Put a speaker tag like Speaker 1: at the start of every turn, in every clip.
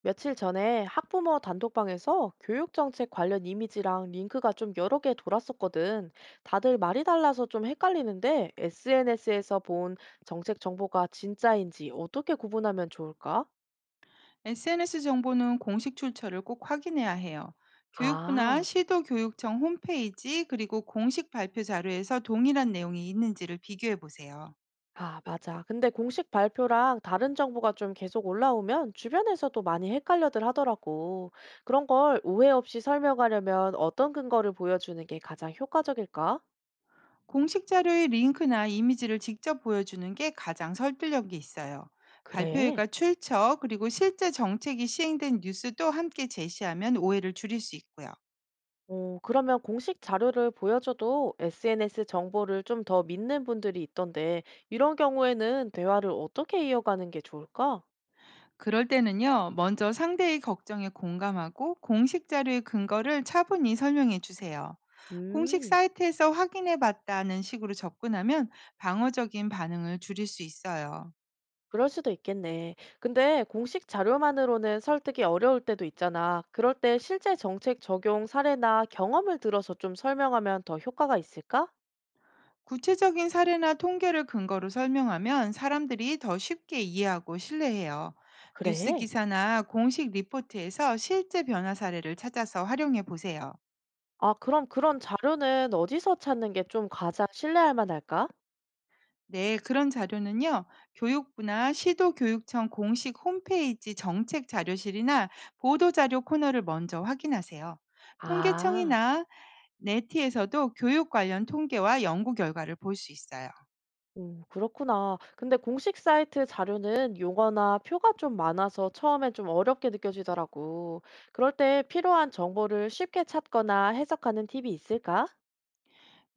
Speaker 1: 며칠 전에 학부모 단톡방에서 교육 정책 관련 이미지랑 링크가 좀 여러 개 돌았었거든. 다들 말이 달라서 좀 헷갈리는데 SNS에서 본 정책 정보가 진짜인지 어떻게 구분하면 좋을까?
Speaker 2: SNS 정보는 공식 출처를 꼭 확인해야 해요. 교육부나
Speaker 1: 아,
Speaker 2: 시도교육청 홈페이지 그리고 공식 발표 자료에서 동일한 내용이 있는지를 비교해 보세요.
Speaker 1: 아, 맞아. 근데 공식 발표랑 다른 정보가 좀 계속 올라오면 주변에서도 많이 헷갈려들 하더라고. 그런 걸 오해 없이 설명하려면 어떤 근거를 보여주는 게 가장 효과적일까?
Speaker 2: 공식 자료의 링크나 이미지를 직접 보여주는 게 가장 설득력이 있어요.
Speaker 1: 그래.
Speaker 2: 발표일과 출처 그리고 실제 정책이 시행된 뉴스도 함께 제시하면 오해를 줄일 수 있고요.
Speaker 1: 오, 그러면 공식 자료를 보여줘도 SNS 정보를 좀 더 믿는 분들이 있던데, 이런 경우에는 대화를 어떻게 이어가는 게 좋을까?
Speaker 2: 그럴 때는요, 먼저 상대의 걱정에 공감하고 공식 자료의 근거를 차분히 설명해 주세요. 공식
Speaker 1: 음,
Speaker 2: 사이트에서 확인해 봤다는 식으로 접근하면 방어적인 반응을 줄일 수 있어요.
Speaker 1: 그럴 수도 있겠네. 근데 공식 자료만으로는 설득이 어려울 때도 있잖아. 그럴 때 실제 정책 적용 사례나 경험을 들어서 좀 설명하면 더 효과가 있을까?
Speaker 2: 구체적인 사례나 통계를 근거로 설명하면 사람들이 더 쉽게 이해하고 신뢰해요. 뉴스
Speaker 1: 그래.
Speaker 2: 기사나 공식 리포트에서 실제 변화 사례를 찾아서 활용해 보세요.
Speaker 1: 아, 그럼 그런 자료는 어디서 찾는 게 좀 가장 신뢰할 만할까?
Speaker 2: 네, 그런 자료는요, 교육부나 시도교육청 공식 홈페이지 정책 자료실이나 보도자료 코너를 먼저 확인하세요.
Speaker 1: 아.
Speaker 2: 통계청이나 네티에서도 교육 관련 통계와 연구 결과를 볼 수 있어요.
Speaker 1: 오, 그렇구나. 근데 공식 사이트 자료는 용어나 표가 좀 많아서 처음엔 좀 어렵게 느껴지더라고. 그럴 때 필요한 정보를 쉽게 찾거나 해석하는 팁이 있을까?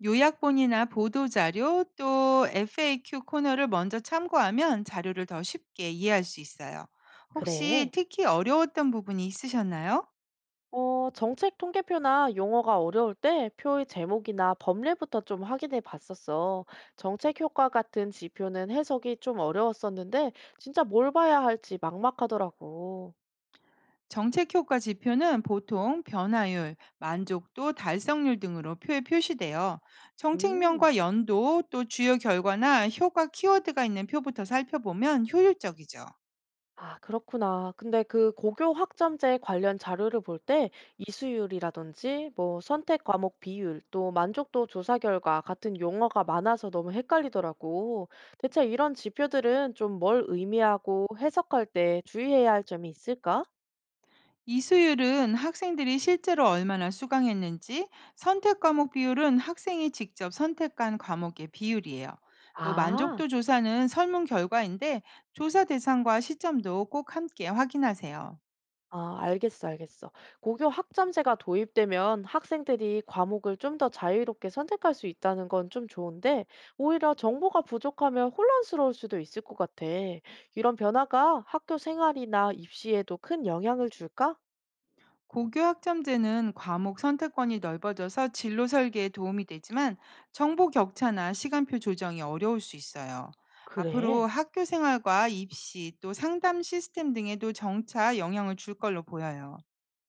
Speaker 2: 요약본이나 보도자료 또 FAQ 코너를 먼저 참고하면 자료를 더 쉽게 이해할 수 있어요. 혹시
Speaker 1: 그래.
Speaker 2: 특히 어려웠던 부분이 있으셨나요?
Speaker 1: 어, 정책 통계표나 용어가 어려울 때 표의 제목이나 법례부터 좀 확인해 봤었어. 정책 효과 같은 지표는 해석이 좀 어려웠었는데 진짜 뭘 봐야 할지 막막하더라고.
Speaker 2: 정책 효과 지표는 보통 변화율, 만족도, 달성률 등으로 표에 표시되어
Speaker 1: 음.
Speaker 2: 정책명과 연도 또 주요 결과나 효과 키워드가 있는 표부터 살펴보면 효율적이죠.
Speaker 1: 아, 그렇구나. 근데 그 고교 학점제 관련 자료를 볼 때 이수율이라든지 뭐 선택 과목 비율 또 만족도 조사 결과 같은 용어가 많아서 너무 헷갈리더라고. 대체 이런 지표들은 좀 뭘 의미하고 해석할 때 주의해야 할 점이 있을까?
Speaker 2: 이수율은 학생들이 실제로 얼마나 수강했는지, 선택 과목 비율은 학생이 직접 선택한 과목의 비율이에요. 또
Speaker 1: 아.
Speaker 2: 만족도 조사는 설문 결과인데 조사 대상과 시점도 꼭 함께 확인하세요.
Speaker 1: 아, 알겠어. 고교 학점제가 도입되면 학생들이 과목을 좀 더 자유롭게 선택할 수 있다는 건 좀 좋은데, 오히려 정보가 부족하면 혼란스러울 수도 있을 것 같아. 이런 변화가 학교 생활이나 입시에도 큰 영향을 줄까?
Speaker 2: 고교 학점제는 과목 선택권이 넓어져서 진로 설계에 도움이 되지만 정보 격차나 시간표 조정이 어려울 수 있어요. 앞으로
Speaker 1: 그래.
Speaker 2: 학교 생활과 입시 또 상담 시스템 등에도 정차 영향을 줄 걸로 보여요.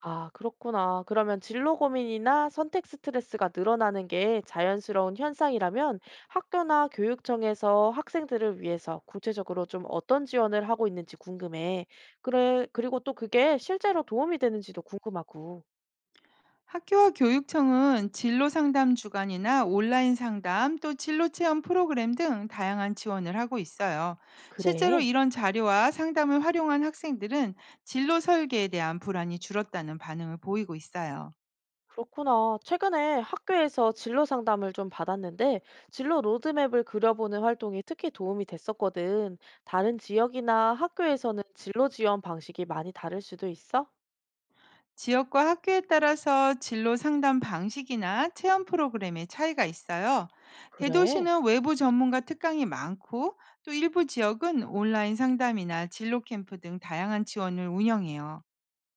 Speaker 1: 아, 그렇구나. 그러면 진로 고민이나 선택 스트레스가 늘어나는 게 자연스러운 현상이라면 학교나 교육청에서 학생들을 위해서 구체적으로 좀 어떤 지원을 하고 있는지 궁금해. 그래, 그리고 또 그게 실제로 도움이 되는지도 궁금하고.
Speaker 2: 학교와 교육청은 진로 상담 주간이나 온라인 상담 또 진로 체험 프로그램 등 다양한 지원을 하고 있어요. 실제로
Speaker 1: 그래.
Speaker 2: 이런 자료와 상담을 활용한 학생들은 진로 설계에 대한 불안이 줄었다는 반응을 보이고 있어요.
Speaker 1: 그렇구나. 최근에 학교에서 진로 상담을 좀 받았는데 진로 로드맵을 그려보는 활동이 특히 도움이 됐었거든. 다른 지역이나 학교에서는 진로 지원 방식이 많이 다를 수도 있어?
Speaker 2: 지역과 학교에 따라서 진로 상담 방식이나 체험 프로그램의 차이가 있어요.
Speaker 1: 그래.
Speaker 2: 대도시는 외부 전문가 특강이 많고 또 일부 지역은 온라인 상담이나 진로 캠프 등 다양한 지원을 운영해요.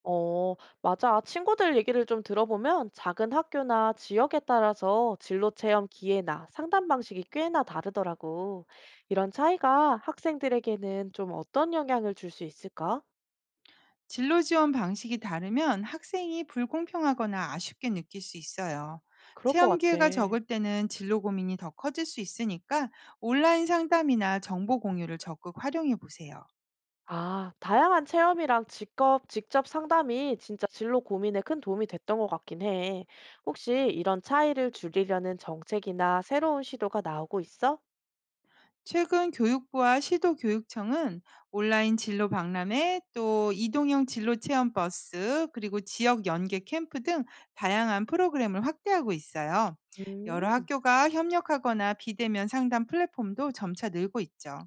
Speaker 1: 어, 맞아. 친구들 얘기를 좀 들어보면 작은 학교나 지역에 따라서 진로 체험 기회나 상담 방식이 꽤나 다르더라고. 이런 차이가 학생들에게는 좀 어떤 영향을 줄 수 있을까?
Speaker 2: 진로 지원 방식이 다르면 학생이 불공평하거나 아쉽게 느낄 수 있어요.
Speaker 1: 그럴 것
Speaker 2: 체험
Speaker 1: 같아.
Speaker 2: 기회가 적을 때는 진로 고민이 더 커질 수 있으니까 온라인 상담이나 정보 공유를 적극 활용해 보세요.
Speaker 1: 아, 다양한 체험이랑 직업, 직접 상담이 진짜 진로 고민에 큰 도움이 됐던 것 같긴 해. 혹시 이런 차이를 줄이려는 정책이나 새로운 시도가 나오고 있어?
Speaker 2: 최근 교육부와 시도교육청은 온라인 진로 박람회, 또 이동형 진로 체험 버스, 그리고 지역 연계 캠프 등 다양한 프로그램을 확대하고 있어요. 여러
Speaker 1: 음.
Speaker 2: 학교가 협력하거나 비대면 상담 플랫폼도 점차 늘고 있죠.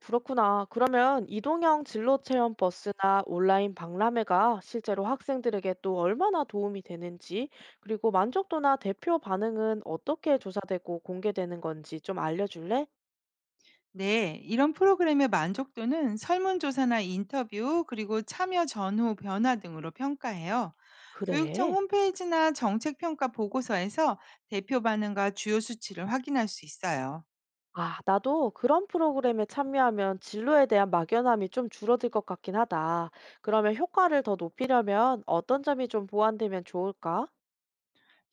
Speaker 1: 그렇구나. 그러면 이동형 진로 체험 버스나 온라인 박람회가 실제로 학생들에게 또 얼마나 도움이 되는지, 그리고 만족도나 대표 반응은 어떻게 조사되고 공개되는 건지 좀 알려줄래?
Speaker 2: 네, 이런 프로그램의 만족도는 설문조사나 인터뷰, 그리고 참여 전후 변화 등으로 평가해요. 교육청
Speaker 1: 그래.
Speaker 2: 홈페이지나 정책평가 보고서에서 대표 반응과 주요 수치를 확인할 수 있어요.
Speaker 1: 아, 나도 그런 프로그램에 참여하면 진로에 대한 막연함이 좀 줄어들 것 같긴 하다. 그러면 효과를 더 높이려면 어떤 점이 좀 보완되면 좋을까?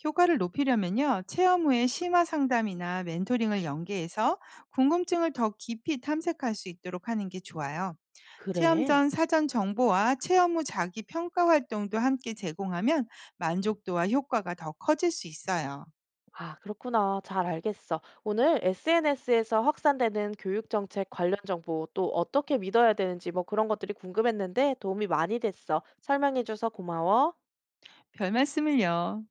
Speaker 2: 효과를 높이려면요, 체험 후에 심화 상담이나 멘토링을 연계해서 궁금증을 더 깊이 탐색할 수 있도록 하는 게 좋아요. 체험
Speaker 1: 그래.
Speaker 2: 전 사전 정보와 체험 후 자기 평가 활동도 함께 제공하면 만족도와 효과가 더 커질 수 있어요.
Speaker 1: 아, 그렇구나. 잘 알겠어. 오늘 SNS에서 확산되는 교육 정책 관련 정보 또 어떻게 믿어야 되는지 뭐 그런 것들이 궁금했는데 도움이 많이 됐어. 설명해줘서 고마워.
Speaker 2: 별 말씀을요.